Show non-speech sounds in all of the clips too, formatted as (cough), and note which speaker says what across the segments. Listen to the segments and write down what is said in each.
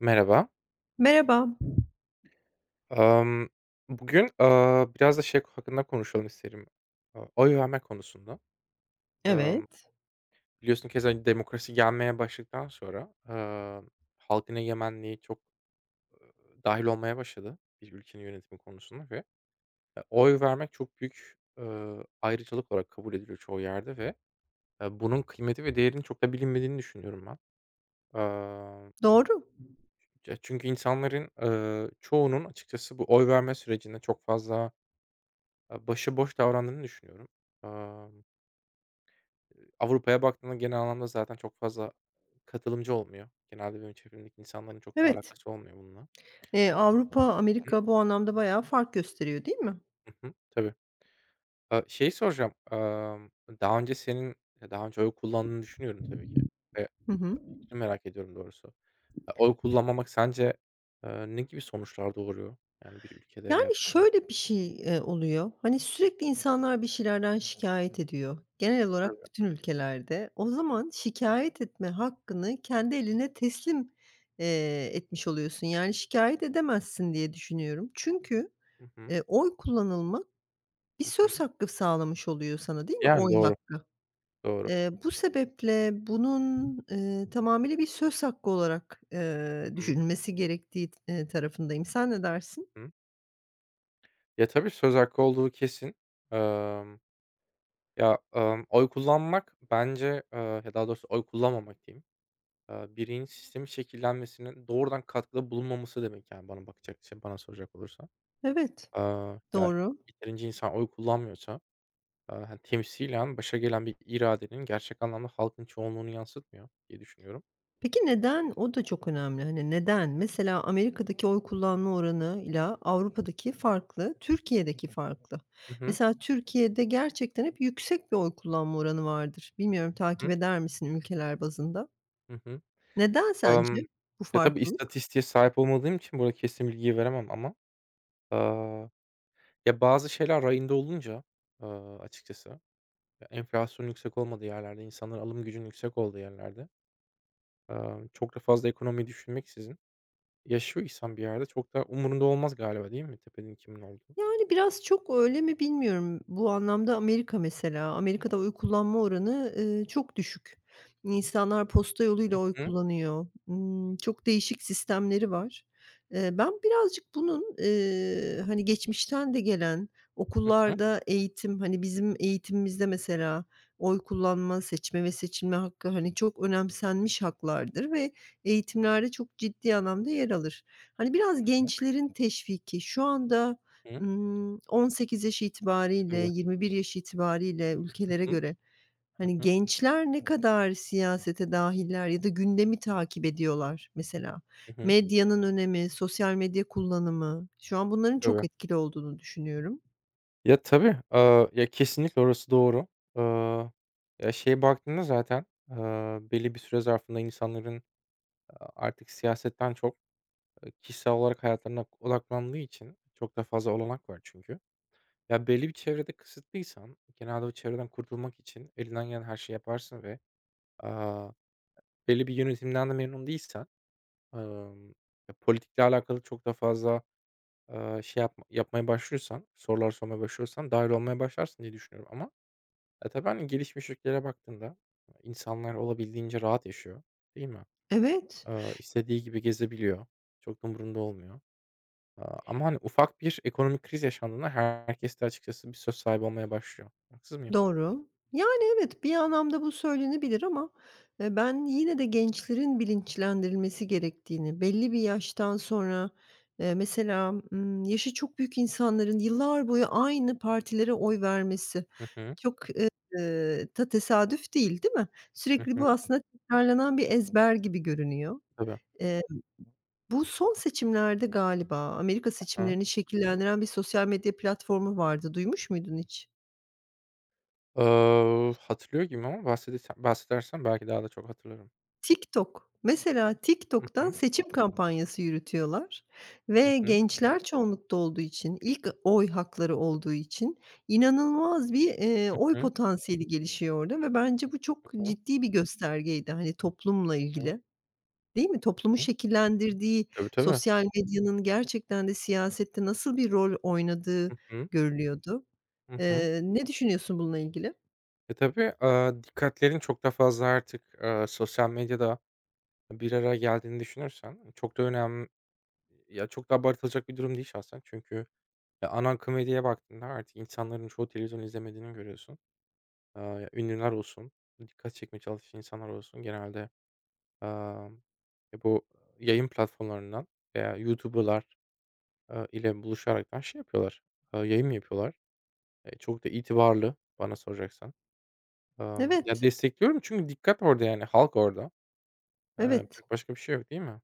Speaker 1: Merhaba.
Speaker 2: Merhaba.
Speaker 1: Emm, Bugün, biraz da şey hakkında konuşalım isterim, oy verme konusunda. Emm,
Speaker 2: Evet,
Speaker 1: Biliyorsun keza demokrasi gelmeye başladıktan sonra, halkın egemenliği çok dahil olmaya başladı bir ülkenin yönetimi konusunda ve, oy vermek çok büyük, ayrıcalık olarak kabul ediliyor çoğu yerde ve, bunun kıymeti ve değerinin çok da bilinmediğini düşünüyorum ben. Eee,
Speaker 2: doğru.
Speaker 1: Ya çünkü insanların, çoğunun açıkçası bu oy verme sürecinde çok fazla başıboş davrandığını düşünüyorum. Amm, Avrupa'ya baktığında genel anlamda zaten çok fazla katılımcı olmuyor. Genelde benim çevremdeki insanların çok da
Speaker 2: Evet,
Speaker 1: alakası olmuyor bununla.
Speaker 2: Avrupa,
Speaker 1: Hı,
Speaker 2: Amerika bu anlamda bayağı fark gösteriyor, değil mi?
Speaker 1: hı hı. Tabii. Şeyi soracağım, daha önce senin, daha önce oy kullandığını düşünüyorum tabii ki ve
Speaker 2: Hı hı.
Speaker 1: fikrini merak ediyorum doğrusu. Ya, oy kullanmamak sence, ne gibi sonuçlar doğuruyor? Yani bir ülkede veya
Speaker 2: Yani,
Speaker 1: Türkiye'de.
Speaker 2: şöyle bir şey, oluyor, hani, sürekli insanlar bir şeylerden şikayet ediyor. Genel olarak
Speaker 1: Tabii.
Speaker 2: bütün ülkelerde. O zaman şikayet etme hakkını kendi eline teslim, etmiş oluyorsun. Yani, şikayet edemezsin diye düşünüyorum. Çünkü,
Speaker 1: Hı hı.
Speaker 2: oy kullanılmak bir
Speaker 1: Hı
Speaker 2: söz
Speaker 1: hı.
Speaker 2: hakkı sağlamış oluyor sana, değil mi?
Speaker 1: Yani
Speaker 2: Oy
Speaker 1: doğru,
Speaker 2: hakkı.
Speaker 1: doğru.
Speaker 2: Bu sebeple bunun, tamamıyla bir söz hakkı olarak,
Speaker 1: Hı hı.
Speaker 2: düşünülmesi gerektiği, tarafındayım. Sen ne dersin?
Speaker 1: Hı. Ya, tabii söz hakkı olduğu kesin. Emm Ya, oy kullanmak bence, ya daha doğrusu oy kullanmamak diyeyim, bireyin sistemin şekillenmesine doğrudan katkıda bulunmaması demek, yani, bana bakacak şey bana soracak olursa,
Speaker 2: Evet.
Speaker 1: Ya,
Speaker 2: Doğru.
Speaker 1: yeterince insan oy kullanmıyorsa, hani, temsilen başa gelen bir iradenin gerçek anlamda halkın çoğunluğunu yansıtmıyor diye düşünüyorum.
Speaker 2: Peki neden? O da çok önemli. Hani, neden? Mesela Amerika'daki oy kullanma oranı ile Avrupa'daki farklı, Türkiye'deki farklı.
Speaker 1: Hı hı.
Speaker 2: Mesela Türkiye'de gerçekten hep yüksek bir oy kullanma oranı vardır. Bilmiyorum takip
Speaker 1: Hı.
Speaker 2: eder misin ülkeler bazında?
Speaker 1: Hı hı.
Speaker 2: Neden sence
Speaker 1: Emm,
Speaker 2: bu
Speaker 1: Ya, tabii
Speaker 2: farklılık?
Speaker 1: istatistiğe sahip olmadığım için burada kesin bilgiyi veremem ama, aaa, ya, bazı şeyler rayında olunca, eee, açıkçası. Ya, enflasyonun yüksek olmadığı yerlerde, insanların alım gücünün yüksek olduğu yerlerde, çok da fazla ekonomiyi düşünmeksizin yaşıyor insan bir yerde. Çok da umurunda olmaz galiba değil mi tepenin kimin olduğu?
Speaker 2: Yani, biraz çok öyle mi bilmiyorum. Bu anlamda Amerika mesela, Amerika'da oy kullanma oranı, çok düşük. İnsanlar posta yoluyla
Speaker 1: Hı
Speaker 2: oy
Speaker 1: hı.
Speaker 2: kullanıyor. Çok değişik sistemleri var. Ben birazcık bunun, hani, geçmişten de gelen
Speaker 1: Hı hı.
Speaker 2: okullarda eğitim, hani, bizim eğitimimizde mesela oy kullanma, seçme ve seçilme hakkı, hani, çok önemsenmiş haklardır ve eğitimlerde çok ciddi anlamda yer alır. Hani, biraz gençlerin teşviki, şu anda
Speaker 1: Hı hı.
Speaker 2: 18 yaş itibariyle,
Speaker 1: Tabii.
Speaker 2: 21 yaş itibariyle
Speaker 1: Hı
Speaker 2: ülkelere
Speaker 1: hı.
Speaker 2: göre,
Speaker 1: Hı
Speaker 2: hani,
Speaker 1: hı.
Speaker 2: gençler ne kadar siyasete dâhiller ya da gündemi takip ediyorlar mesela?
Speaker 1: Hı hı.
Speaker 2: Medyanın önemi, sosyal medya kullanımı, şu an bunların çok
Speaker 1: Tabii.
Speaker 2: etkili olduğunu düşünüyorum.
Speaker 1: Ya, tabii. Ya, kesinlikle orası doğru. Eee, Ya, şeye baktığında zaten, belli bir süre zarfında insanların, artık siyasetten çok, kişisel olarak hayatlarına odaklandığı için çok da fazla olanak var çünkü. Ya, belli bir çevrede kısıtlıysan genelde o çevreden kurtulmak için elinden gelen her şeyi yaparsın ve, aaa, belli bir yönetimden de memnun değilsen, ımm, ya, politikle alakalı çok da fazla, şey yapmaya başlıyorsan, sorular sormaya başlıyorsan dâhil olmaya başlarsın diye düşünüyorum ama, tabii, hani, gelişmiş ülkelere baktığında insanlar olabildiğince rahat yaşıyor, değil mi?
Speaker 2: Evet.
Speaker 1: İstediği gibi gezebiliyor, çok da umurunda olmuyor. Ama, hani, ufak bir ekonomik kriz yaşandığında herkes de açıkçası bir söz sahibi olmaya başlıyor. Haksız mıyım?
Speaker 2: Doğru. Yani, evet, bir anlamda bu söylenebilir ama, ben yine de gençlerin bilinçlendirilmesi gerektiğini, belli bir yaştan sonra, mesela, yaşı çok büyük insanların yıllar boyu aynı partilere oy vermesi
Speaker 1: Hı hı.
Speaker 2: çok, ta tesadüf değil, değil mi?
Speaker 1: Hı
Speaker 2: Sürekli bu
Speaker 1: hı.
Speaker 2: aslında tekrarlanan bir ezber gibi görünüyor.
Speaker 1: Tabii.
Speaker 2: Eee, bu son seçimlerde galiba Amerika
Speaker 1: Hı hı.
Speaker 2: seçimlerini şekillendiren bir sosyal medya platformu vardı. Duymuş muydun hiç?
Speaker 1: Hatırlıyor gibiyim ama bahsedersen belki daha da çok hatırlarım.
Speaker 2: TikTok. Mesela
Speaker 1: Hı
Speaker 2: TikTok'tan
Speaker 1: hı.
Speaker 2: seçim kampanyası yürütüyorlar
Speaker 1: Hı
Speaker 2: ve
Speaker 1: hı.
Speaker 2: gençler çoğunlukta olduğu için, ilk oy hakları olduğu için inanılmaz bir,
Speaker 1: Hı
Speaker 2: oy
Speaker 1: hı.
Speaker 2: potansiyeli gelişiyor orada ve bence bu çok
Speaker 1: Hı hı.
Speaker 2: ciddi bir göstergeydi, hani, toplumla
Speaker 1: Hı
Speaker 2: ilgili. Değil mi? Toplumu
Speaker 1: hı.
Speaker 2: şekillendirdiği,
Speaker 1: Tabii, tabii.
Speaker 2: sosyal medyanın gerçekten de siyasette nasıl bir rol oynadığı
Speaker 1: Hı hı.
Speaker 2: görülüyordu.
Speaker 1: Hı hı.
Speaker 2: Ne düşünüyorsun bununla ilgili?
Speaker 1: Tabii, dikkatlerin çok da fazla artık, sosyal medyada bir araya geldiğini düşünürsen çok da önemli ya, çok da abartılacak bir durum değil şahsen. Çünkü ya, ana akım medyaya baktığında artık insanların çoğu televizyon izlemediğini görüyorsun. Ya, ünlüler olsun, dikkat çekmeye çalışan insanlar olsun genelde Emm, bu yayın platformlarından veya YouTuber'lar, ile buluşaraktan şey yapıyorlar, yayın mı yapıyorlar. Çok da itibarlı bana soracaksan. Ya,
Speaker 2: Evet,
Speaker 1: destekliyorum çünkü dikkat orada, yani, halk orada.
Speaker 2: evet.
Speaker 1: Yapacak başka bir şey yok değil mi?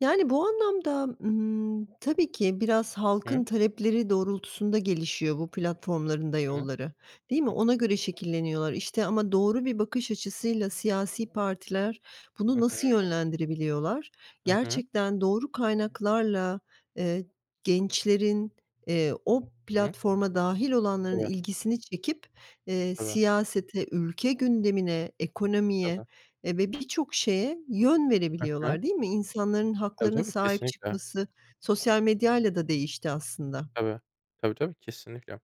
Speaker 2: Yani, bu anlamda, tabii ki biraz
Speaker 1: Hı hı,
Speaker 2: halkın talepleri doğrultusunda gelişiyor bu platformların da
Speaker 1: hı
Speaker 2: yolları, değil mi?
Speaker 1: hı,
Speaker 2: Ona göre şekilleniyorlar. İşte, ama doğru bir bakış açısıyla siyasi partiler bunu
Speaker 1: hı
Speaker 2: nasıl
Speaker 1: hı,
Speaker 2: yönlendirebiliyorlar?
Speaker 1: hı.
Speaker 2: Gerçekten doğru kaynaklarla, eee, gençlerin, o platforma dahil olanların
Speaker 1: Tabii,
Speaker 2: ilgisini çekip,
Speaker 1: tabii,
Speaker 2: siyasete, ülke gündemine, ekonomiye,
Speaker 1: tabii.
Speaker 2: ve birçok şeye yön
Speaker 1: Hı hı.
Speaker 2: verebiliyorlar, değil mi? İnsanların
Speaker 1: Tabii,
Speaker 2: haklarına
Speaker 1: tabii,
Speaker 2: sahip
Speaker 1: kesinlikle.
Speaker 2: çıkması sosyal medyayla da değişti aslında.
Speaker 1: Tabii. Tabii, tabii, kesinlikle.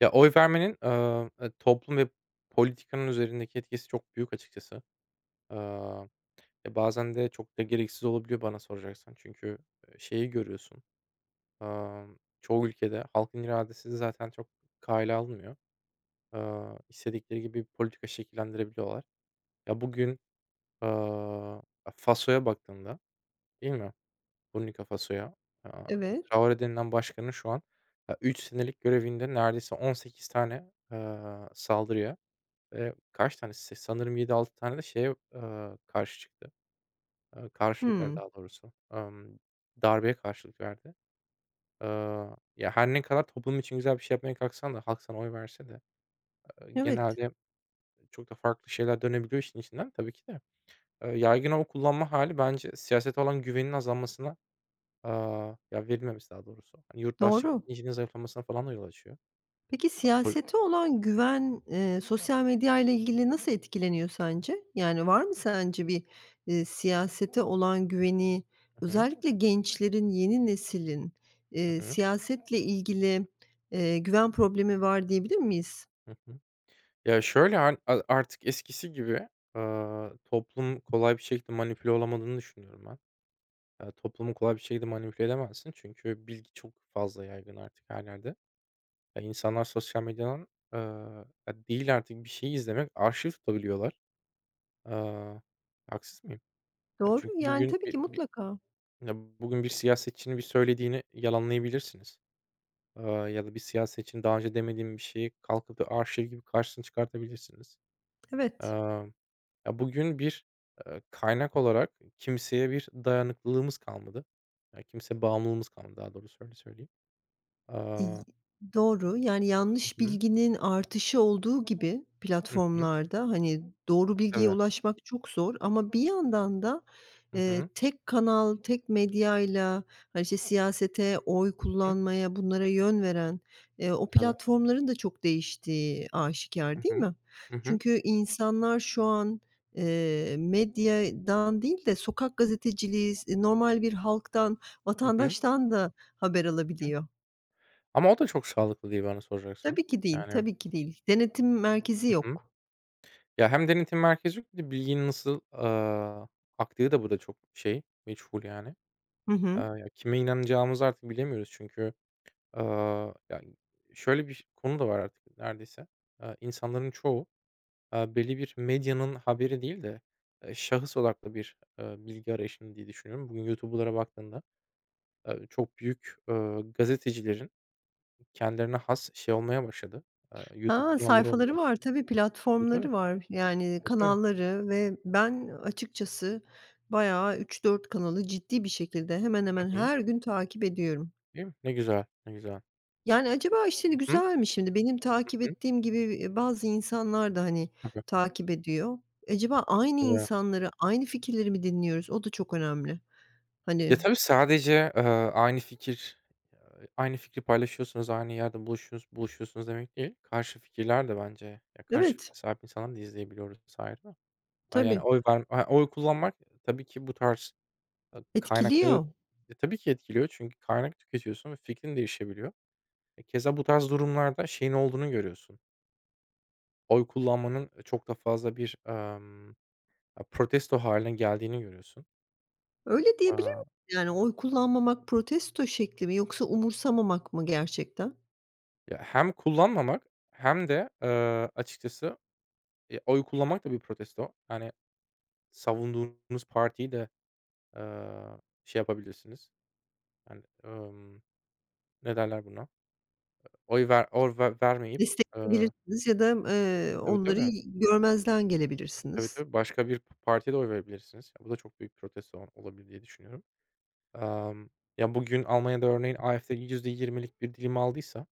Speaker 1: Ya, oy vermenin, toplum ve politikanın üzerindeki etkisi çok büyük açıkçası. Eee Bazen de çok da gereksiz olabiliyor bana soracaksan. Çünkü, şeyi görüyorsun, çoğu ülkede halkın iradesi zaten çok kale alınmıyor. İstedikleri gibi bir politika şekillendirebiliyorlar. Ya, bugün, aaa, Faso'ya baktığında, değil mi? Burkina Faso'ya, aaa,
Speaker 2: Evet.
Speaker 1: Traore denilen başkanın şu an, 3 senelik görevinde neredeyse 18 tane, saldırıya ve kaç tanesi, sanırım yedi altı tane de şeye, karşı çıktı. Karşılık verdi
Speaker 2: Hımm.
Speaker 1: daha doğrusu. Darbeye karşılık verdi. Eee, Ya, her ne kadar toplum için güzel bir şey yapmaya kalksan da halk sana oy verse de,
Speaker 2: Evet,
Speaker 1: genelde çok da farklı şeyler dönebiliyor işin içinden tabii ki de. Yaygın oy kullanma hali bence siyasete olan güvenin azalmasına, ya, verilmemesi daha doğrusu. Hani, yurttaşlık
Speaker 2: doğru.
Speaker 1: bilincinin zayıflamasına falan da yol açıyor.
Speaker 2: Peki
Speaker 1: Pol
Speaker 2: siyasete olan güven, sosyal medyayla ilgili nasıl etkileniyor sence? Yani var mı sence bir, siyasete olan güveni
Speaker 1: Hı hı.
Speaker 2: özellikle gençlerin, yeni neslin,
Speaker 1: Hı hı.
Speaker 2: siyasetle ilgili, güven problemi var diyebilir miyiz?
Speaker 1: Hı hı. Ya, şöyle, hani, artık eskisi gibi, toplum kolay bir şekilde manipüle olamadığını düşünüyorum ben. Toplumu kolay bir şekilde manipüle edemezsin. Çünkü bilgi çok fazla yaygın artık her yerde. Ya, insanlar sosyal medyadan, ya, değil artık bir şeyi izlemek, arşiv tutabiliyorlar. Aaa, Haksız mıyım? Ya,
Speaker 2: Doğru,
Speaker 1: çünkü
Speaker 2: yani
Speaker 1: bugün
Speaker 2: tabii ki
Speaker 1: bir bir
Speaker 2: mutlaka.
Speaker 1: Ya, bugün bir siyasetçinin bir söylediğini yalanlayabilirsiniz. Ya da bir siyasetçinin daha önce demediğim bir şeyi kalkıp da arşiv gibi karşısına çıkartabilirsiniz.
Speaker 2: Evet.
Speaker 1: Aaa, Ya, bugün bir, kaynak olarak kimseye bir dayanıklılığımız kalmadı. Ya, kimseye bağımlılığımız kalmadı daha doğru öyle söyleyeyim. Aaa,
Speaker 2: İy doğru. Yani
Speaker 1: hı
Speaker 2: yanlış
Speaker 1: hı,
Speaker 2: bilginin artışı olduğu gibi
Speaker 1: hı hı.
Speaker 2: platformlarda, hani, doğru bilgiye
Speaker 1: Tabii.
Speaker 2: ulaşmak çok zor ama bir yandan da,
Speaker 1: Hı hı,
Speaker 2: tek kanal, tek medyayla, hani, işte, siyasete, oy
Speaker 1: hı,
Speaker 2: kullanmaya, bunlara yön veren, o
Speaker 1: tabii.
Speaker 2: platformların da çok değiştiği aşikâr,
Speaker 1: Hı
Speaker 2: değil
Speaker 1: hı.
Speaker 2: mi?
Speaker 1: Hı hı,
Speaker 2: Çünkü insanlar şu an, medyadan değil de sokak gazeteciliği, normal bir halktan,
Speaker 1: hı hı,
Speaker 2: vatandaştan da haber
Speaker 1: hı.
Speaker 2: alabiliyor.
Speaker 1: Ama o da çok sağlıklı değil bana soracaksan.
Speaker 2: Tabii ki değil,
Speaker 1: Yani.
Speaker 2: tabii ki değil. Denetim merkezi
Speaker 1: Hı hı.
Speaker 2: yok.
Speaker 1: Ya, hem denetim merkezi yok, bir de bilginin nasıl, aktığı da burada çok şey, meçhul yani.
Speaker 2: Hı hı.
Speaker 1: Ya, kime inanacağımızı artık bilemiyoruz çünkü, ya, şöyle bir konu da var artık neredeyse. İnsanların çoğu, belli bir medyanın haberi değil de, şahıs odaklı bir, bilgi arayışında diye düşünüyorum. Bugün YouTuber'lara baktığında çok büyük, gazetecilerin kendilerine has şey olmaya başladı, YouTube
Speaker 2: Ha,
Speaker 1: kanalları
Speaker 2: sayfaları
Speaker 1: olmaya
Speaker 2: var
Speaker 1: başladı.
Speaker 2: tabii,
Speaker 1: Tabii, tabii.
Speaker 2: platformları var, yani
Speaker 1: Tabii, tabii.
Speaker 2: kanalları ve ben açıkçası bayağı üç dört kanalı ciddi bir şekilde hemen
Speaker 1: Hı
Speaker 2: hemen
Speaker 1: hı.
Speaker 2: her gün takip ediyorum.
Speaker 1: Değil mi? Ne güzel, ne güzel.
Speaker 2: Yani acaba işte, hani,
Speaker 1: Hı hı.
Speaker 2: güzel mi şimdi? Benim
Speaker 1: Hı
Speaker 2: takip
Speaker 1: hı.
Speaker 2: ettiğim gibi, bazı insanlar da, hani,
Speaker 1: Tabii,
Speaker 2: takip ediyor. Acaba aynı
Speaker 1: tabii.
Speaker 2: insanları, aynı fikirleri mi dinliyoruz? O da çok önemli. Hani.
Speaker 1: Ya, tabii sadece, aynı fikir, aynı fikri paylaşıyorsunuz, aynı yerde buluşuyorsunuz demek değil. Karşı fikirler de bence ya, karşı fikre
Speaker 2: Evet,
Speaker 1: sahip insanları da izleyebiliyoruz biz ayrı. Ha, yani
Speaker 2: tabii
Speaker 1: oy kullanmak tabii ki bu tarz, kaynakları,
Speaker 2: etkiliyor.
Speaker 1: tabii ki etkiliyor çünkü kaynak tüketiyorsun ve fikrin değişebiliyor. Keza bu tarz durumlarda şeyin olduğunu görüyorsun. Oy kullanmanın çok da fazla bir, protesto haline geldiğini görüyorsun.
Speaker 2: Öyle diyebilir
Speaker 1: Aaa,
Speaker 2: miyim? Yani oy kullanmamak protesto şekli mi yoksa umursamamak mı gerçekten?
Speaker 1: Ya, hem kullanmamak hem de, açıkçası, oy kullanmak da bir protesto. Yani, savunduğunuz partiyi de, eee, şey yapabilirsiniz, yani, ne derler buna? Oy ver oy ve Vermeyip, eee
Speaker 2: Destekleyebilirsiniz ya da,
Speaker 1: tabii,
Speaker 2: onları
Speaker 1: tabii.
Speaker 2: görmezden
Speaker 1: Tabii,
Speaker 2: gelebilirsiniz.
Speaker 1: tabii. Başka bir partiye de oy verebilirsiniz. Bu da çok büyük protesto olabilir diye düşünüyorum. Emm, Ya, bugün Almanya'da örneğin AfD %20'lik bir dilim aldıysa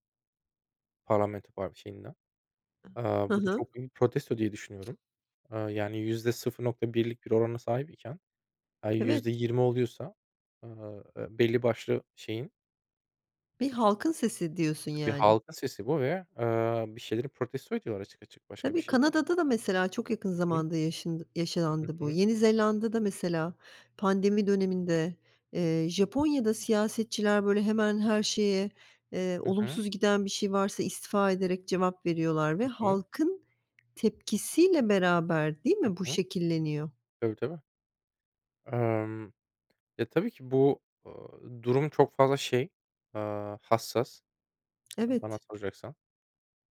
Speaker 1: parlamento şeyinden,
Speaker 2: Hı
Speaker 1: bu da
Speaker 2: hı.
Speaker 1: çok büyük bir protesto diye düşünüyorum. Yani %0,1'lik bir orana sahip iken,
Speaker 2: Evet,
Speaker 1: yüzde %20 oluyorsa, belli başlı şeyin
Speaker 2: bir
Speaker 1: bir
Speaker 2: halkın sesi diyorsun
Speaker 1: bir
Speaker 2: yani.
Speaker 1: halkın sesi bu ve, bir şeyleri protesto ediyorlar açık açık. Başka bir
Speaker 2: Tabii,
Speaker 1: şey değil.
Speaker 2: Kanada'da da mesela çok yakın
Speaker 1: Hı hı.
Speaker 2: zamanda
Speaker 1: Hı
Speaker 2: yaşandı bu.
Speaker 1: hı.
Speaker 2: Yeni Zelanda'da mesela pandemi döneminde, Japonya'da siyasetçiler, böyle, hemen her şeye,
Speaker 1: Hı hı.
Speaker 2: olumsuz giden bir şey varsa istifa ederek cevap veriyorlar ve
Speaker 1: Hı hı.
Speaker 2: halkın tepkisiyle beraber, değil mi, bu şekilleniyor?
Speaker 1: Tabii, tabii. Emm, Ya, tabii ki bu, durum çok fazla şey, hassas bana
Speaker 2: Evet.
Speaker 1: soracaksan.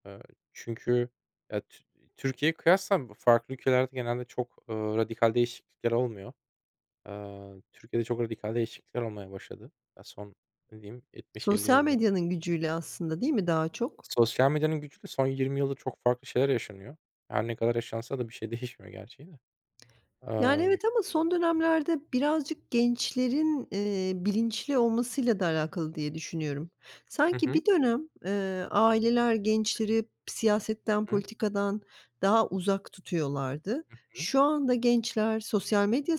Speaker 1: Eee, Çünkü ya, Türkiye'ye kıyasla farklı ülkelerde genelde çok, radikal değişiklikler olmuyor. Türkiye'de çok radikal değişiklikler olmaya başladı. Ya, son ne diyeyim 70-50
Speaker 2: Sosyal
Speaker 1: yılda.
Speaker 2: medyanın gücüyle aslında, değil mi daha çok?
Speaker 1: Sosyal medyanın gücüyle son 20 yılda çok farklı şeyler yaşanıyor. Her ne kadar yaşansa da bir şey (laughs) değişmiyor gerçi de.
Speaker 2: Yani,
Speaker 1: Emm
Speaker 2: evet ama son dönemlerde birazcık gençlerin, bilinçli olmasıyla da alakalı diye düşünüyorum.
Speaker 1: Hı
Speaker 2: Sanki
Speaker 1: hı.
Speaker 2: bir dönem, aileler gençleri siyasetten,
Speaker 1: Hı
Speaker 2: politikadan daha uzak tutuyorlardı.
Speaker 1: hı.
Speaker 2: Şu anda gençler sosyal medya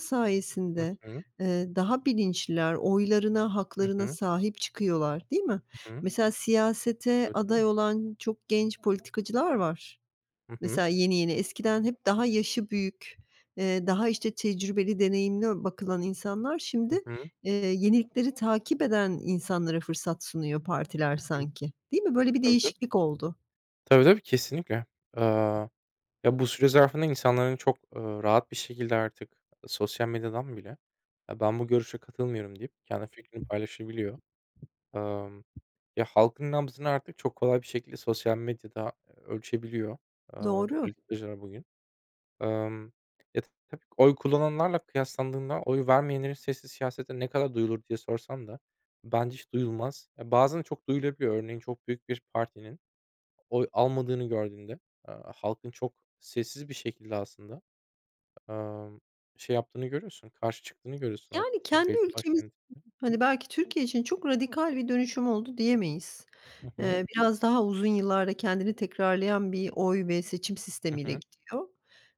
Speaker 1: Hı
Speaker 2: sayesinde,
Speaker 1: hı.
Speaker 2: daha bilinçliler, oylarına,
Speaker 1: Hı
Speaker 2: haklarına
Speaker 1: hı.
Speaker 2: sahip çıkıyorlar, değil mi?
Speaker 1: Hı.
Speaker 2: Mesela siyasete
Speaker 1: Tabii, tabii.
Speaker 2: aday olan çok genç politikacılar var.
Speaker 1: Hı.
Speaker 2: Mesela yeni yeni. Eskiden hep daha yaşı büyük, daha, işte, tecrübeli, deneyimli bakılan insanlar şimdi,
Speaker 1: Hı hı. Hı
Speaker 2: yenilikleri takip eden insanlara fırsat sunuyor partiler
Speaker 1: hı.
Speaker 2: sanki. Değil mi? Böyle bir
Speaker 1: Tabii, tabii.
Speaker 2: değişiklik oldu.
Speaker 1: Tabii, tabii, kesinlikle. Eee Ya, bu süre zarfında insanların çok, rahat bir şekilde artık sosyal medyadan bile, "Ya, ben bu görüşe katılmıyorum." deyip kendi fikrini paylaşabiliyor. Emm, Ya, halkın nabzını artık çok kolay bir şekilde sosyal medyada, ölçebiliyor, eee,
Speaker 2: Doğru.
Speaker 1: politikacılar bugün. Emm, Ya, tabii ki oy kullananlarla kıyaslandığında oy vermeyenlerin sesi siyasette ne kadar duyulur diye sorsan da bence hiç duyulmaz. Ya, bazen çok duyulabiliyor. Örneğin çok büyük bir partinin oy almadığını gördüğünde, halkın çok sessiz bir şekilde aslında Amm, şey yaptığını görüyorsun, karşı çıktığını görüyorsun artık
Speaker 2: Yani
Speaker 1: ya
Speaker 2: kendi
Speaker 1: belli başlı
Speaker 2: ülkemiz Hani, belki Türkiye için çok radikal bir dönüşüm oldu diyemeyiz.
Speaker 1: Hı hı.
Speaker 2: Biraz daha uzun yıllarda kendini tekrarlayan bir oy ve seçim
Speaker 1: Hı
Speaker 2: sistemiyle
Speaker 1: hı.
Speaker 2: gidiyor.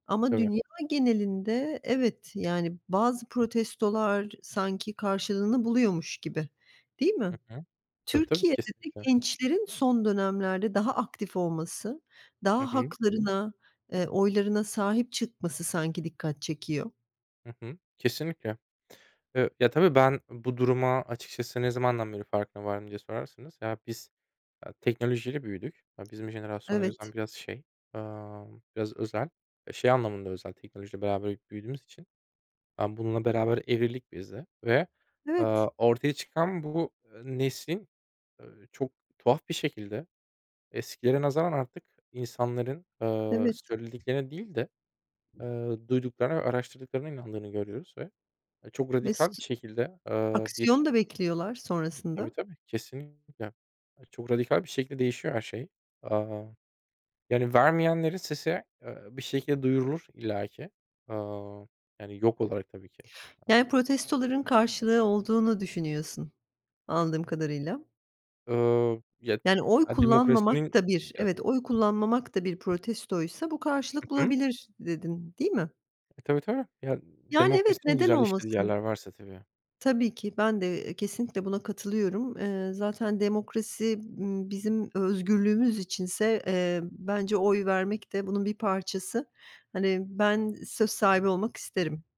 Speaker 2: Ama
Speaker 1: Tabii.
Speaker 2: dünya genelinde evet, yani, bazı protestolar sanki karşılığını buluyormuş gibi, değil
Speaker 1: Hı
Speaker 2: mi?
Speaker 1: hı. Tabii, tabii.
Speaker 2: Türkiye'de de
Speaker 1: Kesinlikle.
Speaker 2: gençlerin son dönemlerde daha aktif olması,
Speaker 1: Hı
Speaker 2: daha
Speaker 1: hı.
Speaker 2: haklarına, oylarına sahip çıkması sanki dikkat çekiyor.
Speaker 1: Hı hı. Kesinlikle. Ya, tabii ben bu duruma açıkçası ne zamandan beri farkına vardım diye sorarsanız, ya, biz, ya, teknolojiyle büyüdük. Ya, bizim jenerasyon o yüzden
Speaker 2: Evet,
Speaker 1: biraz şey, biraz özel. Ya, şey anlamında özel, teknolojiyle beraber büyüdüğümüz için, bununla beraber evrildik biz de ve,
Speaker 2: evet,
Speaker 1: ortaya çıkan bu, neslin, eee, çok tuhaf bir şekilde eskilere nazaran artık insanların,
Speaker 2: evet
Speaker 1: söylediklerine değil de, eee, duyduklarına ve araştırdıklarına inandığını görüyoruz ve, çok
Speaker 2: ve
Speaker 1: radikal bir şekilde, bir.
Speaker 2: aksiyon da bekliyorlar
Speaker 1: Tabii,
Speaker 2: sonrasında.
Speaker 1: tabii, kesinlikle. Çok radikal bir şekilde değişiyor her şey. Aaa, Yani vermeyenlerin sesi, bir şekilde duyurulur illaki. Aaa, Yani yok olarak tabii ki.
Speaker 2: Yani protestoların karşılığı olduğunu düşünüyorsun anladığım kadarıyla.
Speaker 1: Ya,
Speaker 2: Yani oy kullanmamak
Speaker 1: demokrasinin
Speaker 2: da bir
Speaker 1: Ya
Speaker 2: evet, oy kullanmamak da bir protestoysa bu karşılık
Speaker 1: Hı hı.
Speaker 2: bulabilir dedin, değil mi?
Speaker 1: Tabii, tabii. Ya,
Speaker 2: Yani evet,
Speaker 1: demokrasinin
Speaker 2: neden
Speaker 1: güzel işlediği
Speaker 2: olmasın?
Speaker 1: yerler varsa tabii.
Speaker 2: Tabii ki ben de, kesinlikle buna katılıyorum. Zaten demokrasi, bizim özgürlüğümüz içinse, bence oy vermek de bunun bir parçası. Hani ben söz sahibi olmak isterim.